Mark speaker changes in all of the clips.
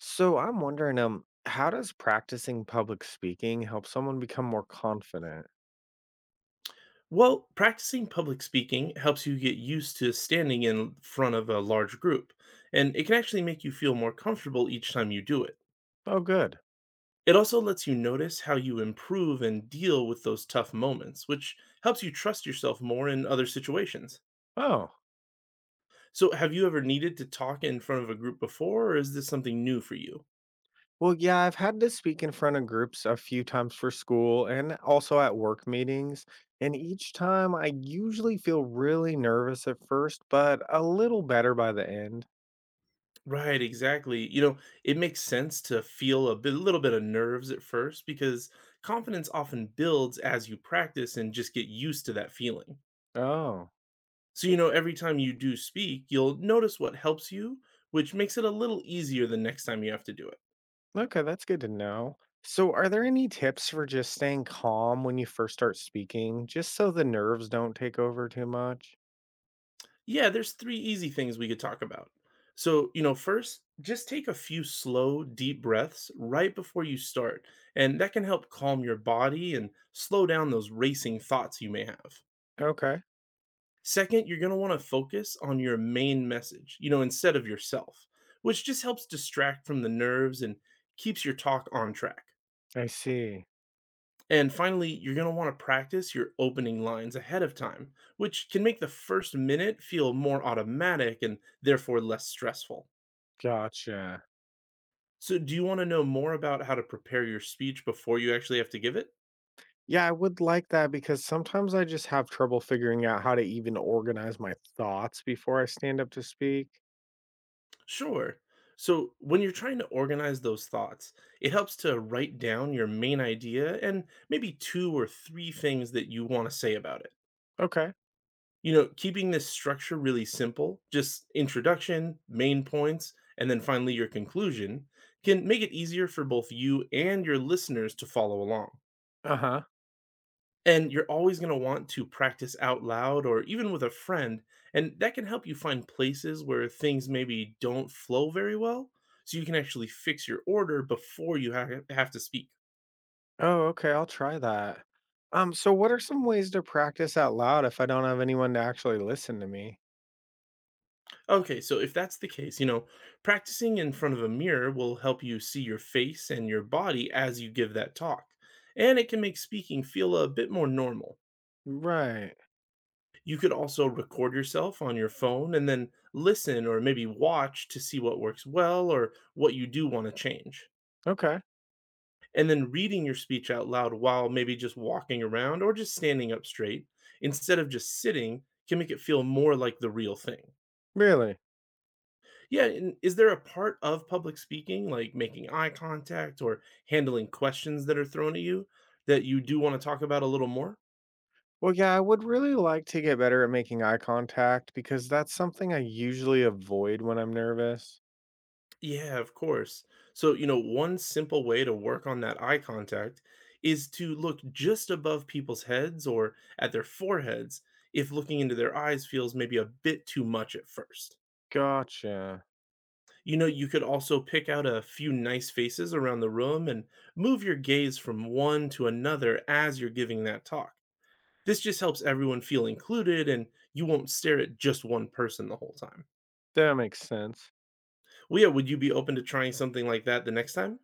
Speaker 1: So I'm wondering, how does practicing public speaking help someone become more confident?
Speaker 2: Well, practicing public speaking helps you get used to standing in front of a large group, and it can actually make you feel more comfortable each time you do it.
Speaker 1: Oh, good.
Speaker 2: It also lets you notice how you improve and deal with those tough moments, which helps you trust yourself more in other situations.
Speaker 1: Oh,
Speaker 2: So, have you ever needed to talk in front of a group before, or is this something new for you?
Speaker 1: well, yeah, I've had to speak in front of groups a few times for school and also at work meetings. And each time I usually feel really nervous at first, but a little better by the end.
Speaker 2: Right, exactly. You know, it makes sense to feel little bit of nerves at first because confidence often builds as you practice and just get used to that feeling.
Speaker 1: Oh,
Speaker 2: So, you know, every time you do speak, you'll notice what helps you, which makes it a little easier the next time you have to do it.
Speaker 1: okay, that's good to know. So, are there any tips for just staying calm when you first start speaking, just so the nerves don't take over too much?
Speaker 2: Yeah, there's three easy things we could talk about. So, you know, first, just take a few slow, deep breaths right before you start, and that can help calm your body and slow down those racing thoughts you may have.
Speaker 1: Okay.
Speaker 2: Second, you're going to want to focus on your main message, you know, instead of yourself, which just helps distract from the nerves and keeps your talk on track.
Speaker 1: I see.
Speaker 2: And finally, you're going to want to practice your opening lines ahead of time, which can make the first minute feel more automatic and therefore less stressful.
Speaker 1: Gotcha.
Speaker 2: So, do you want to know more about how to prepare your speech before you actually have to give it?
Speaker 1: Yeah, I would like that because sometimes I just have trouble figuring out how to even organize my thoughts before I stand up to speak.
Speaker 2: Sure. So, when you're trying to organize those thoughts, it helps to write down your main idea and maybe two or three things that you want to say about it.
Speaker 1: Okay.
Speaker 2: You know, keeping this structure really simple, just introduction, main points, and then finally your conclusion, can make it easier for both you and your listeners to follow along.
Speaker 1: Uh-huh.
Speaker 2: And you're always going to want to practice out loud or even with a friend, and that can help you find places where things maybe don't flow very well, so you can actually fix your order before you have to speak.
Speaker 1: Oh, okay, I'll try that. So what are some ways to practice out loud if I don't have anyone to actually listen to me?
Speaker 2: Okay, so if that's the case, you know, practicing in front of a mirror will help you see your face and your body as you give that talk, and it can make speaking feel a bit more normal.
Speaker 1: Right.
Speaker 2: You could also record yourself on your phone and then listen or maybe watch to see what works well or what you do want to change.
Speaker 1: Okay.
Speaker 2: And then reading your speech out loud while maybe just walking around or just standing up straight instead of just sitting can make it feel more like the real thing.
Speaker 1: Really?
Speaker 2: Yeah, and is there a part of public speaking, like making eye contact or handling questions that are thrown at you, that you do want to talk about a little more?
Speaker 1: Well, yeah, I would really like to get better at making eye contact because that's something I usually avoid when I'm nervous.
Speaker 2: Yeah, of course. So, you know, one simple way to work on that eye contact is to look just above people's heads or at their foreheads if looking into their eyes feels maybe a bit too much at first.
Speaker 1: Gotcha.
Speaker 2: You know, you could also pick out a few nice faces around the room and move your gaze from one to another as you're giving that talk. This just helps everyone feel included and you won't stare at just one person the whole time.
Speaker 1: That makes sense.
Speaker 2: Well, yeah, would you be open to trying something like that the next time?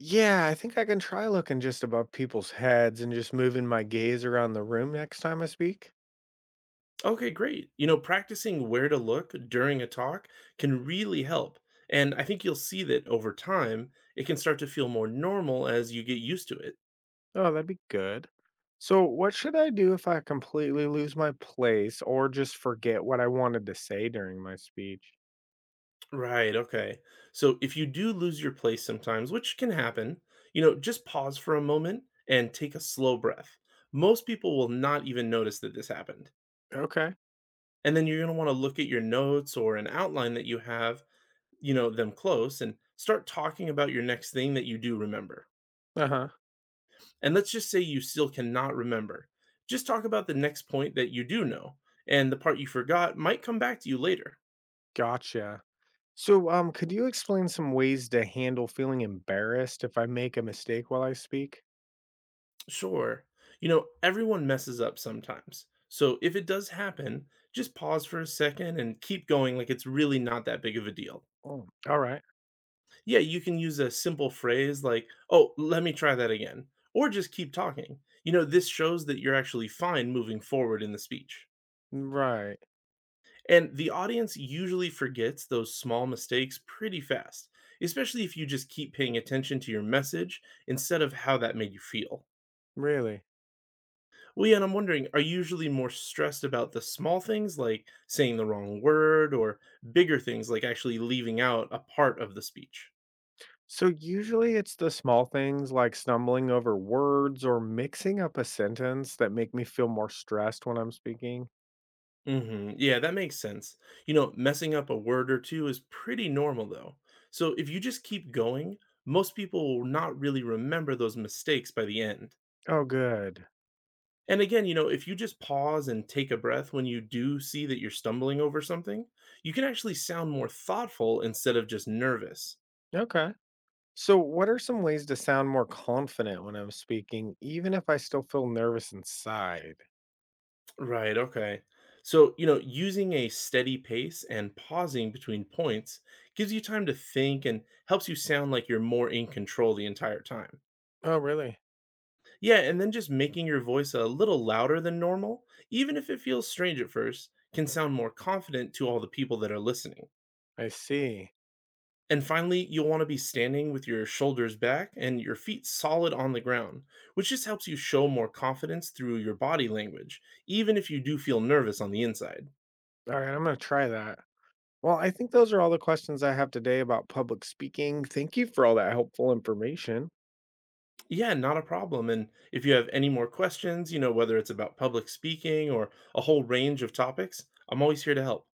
Speaker 1: Yeah, I think I can try looking just above people's heads and just moving my gaze around the room next time I speak.
Speaker 2: Okay, great. You know, practicing where to look during a talk can really help. And I think you'll see that over time, it can start to feel more normal as you get used to it.
Speaker 1: Oh, that'd be good. So, what should I do if I completely lose my place or just forget what I wanted to say during my speech?
Speaker 2: Right, okay. So if you do lose your place sometimes, which can happen, you know, just pause for a moment and take a slow breath. Most people will not even notice that this happened.
Speaker 1: Okay.
Speaker 2: And then you're gonna wanna look at your notes or an outline that you have, you know, them close and start talking about your next thing that you do remember.
Speaker 1: Uh huh.
Speaker 2: And let's just say you still cannot remember. Just talk about the next point that you do know, and the part you forgot might come back to you later.
Speaker 1: Gotcha. So could you explain some ways to handle feeling embarrassed if I make a mistake while I speak?
Speaker 2: Sure. You know, everyone messes up sometimes. So if it does happen, just pause for a second and keep going like it's really not that big of a deal.
Speaker 1: Oh, all right.
Speaker 2: Yeah, you can use a simple phrase like, "Oh, let me try that again," or just keep talking. You know, this shows that you're actually fine moving forward in the speech.
Speaker 1: Right.
Speaker 2: And the audience usually forgets those small mistakes pretty fast, especially if you just keep paying attention to your message instead of how that made you feel.
Speaker 1: Really?
Speaker 2: Well, yeah, and I'm wondering, are you usually more stressed about the small things like saying the wrong word or bigger things like actually leaving out a part of the speech?
Speaker 1: So usually it's the small things like stumbling over words or mixing up a sentence that make me feel more stressed when I'm speaking.
Speaker 2: Mhm. Yeah, that makes sense. You know, messing up a word or two is pretty normal though. So if you just keep going, most people will not really remember those mistakes by the end.
Speaker 1: Oh, good.
Speaker 2: And again, you know, if you just pause and take a breath when you do see that you're stumbling over something, you can actually sound more thoughtful instead of just nervous.
Speaker 1: Okay. So, what are some ways to sound more confident when I'm speaking, even if I still feel nervous inside?
Speaker 2: Right, okay. So, you know, using a steady pace and pausing between points gives you time to think and helps you sound like you're more in control the entire time.
Speaker 1: Oh, really?
Speaker 2: Yeah, and then just making your voice a little louder than normal, even if it feels strange at first, can sound more confident to all the people that are listening.
Speaker 1: I see.
Speaker 2: And finally, you'll want to be standing with your shoulders back and your feet solid on the ground, which just helps you show more confidence through your body language, even if you do feel nervous on the inside.
Speaker 1: All right, I'm going to try that. Well, I think those are all the questions I have today about public speaking. Thank you for all that helpful information.
Speaker 2: Yeah, not a problem. And if you have any more questions, you know, whether it's about public speaking or a whole range of topics, I'm always here to help.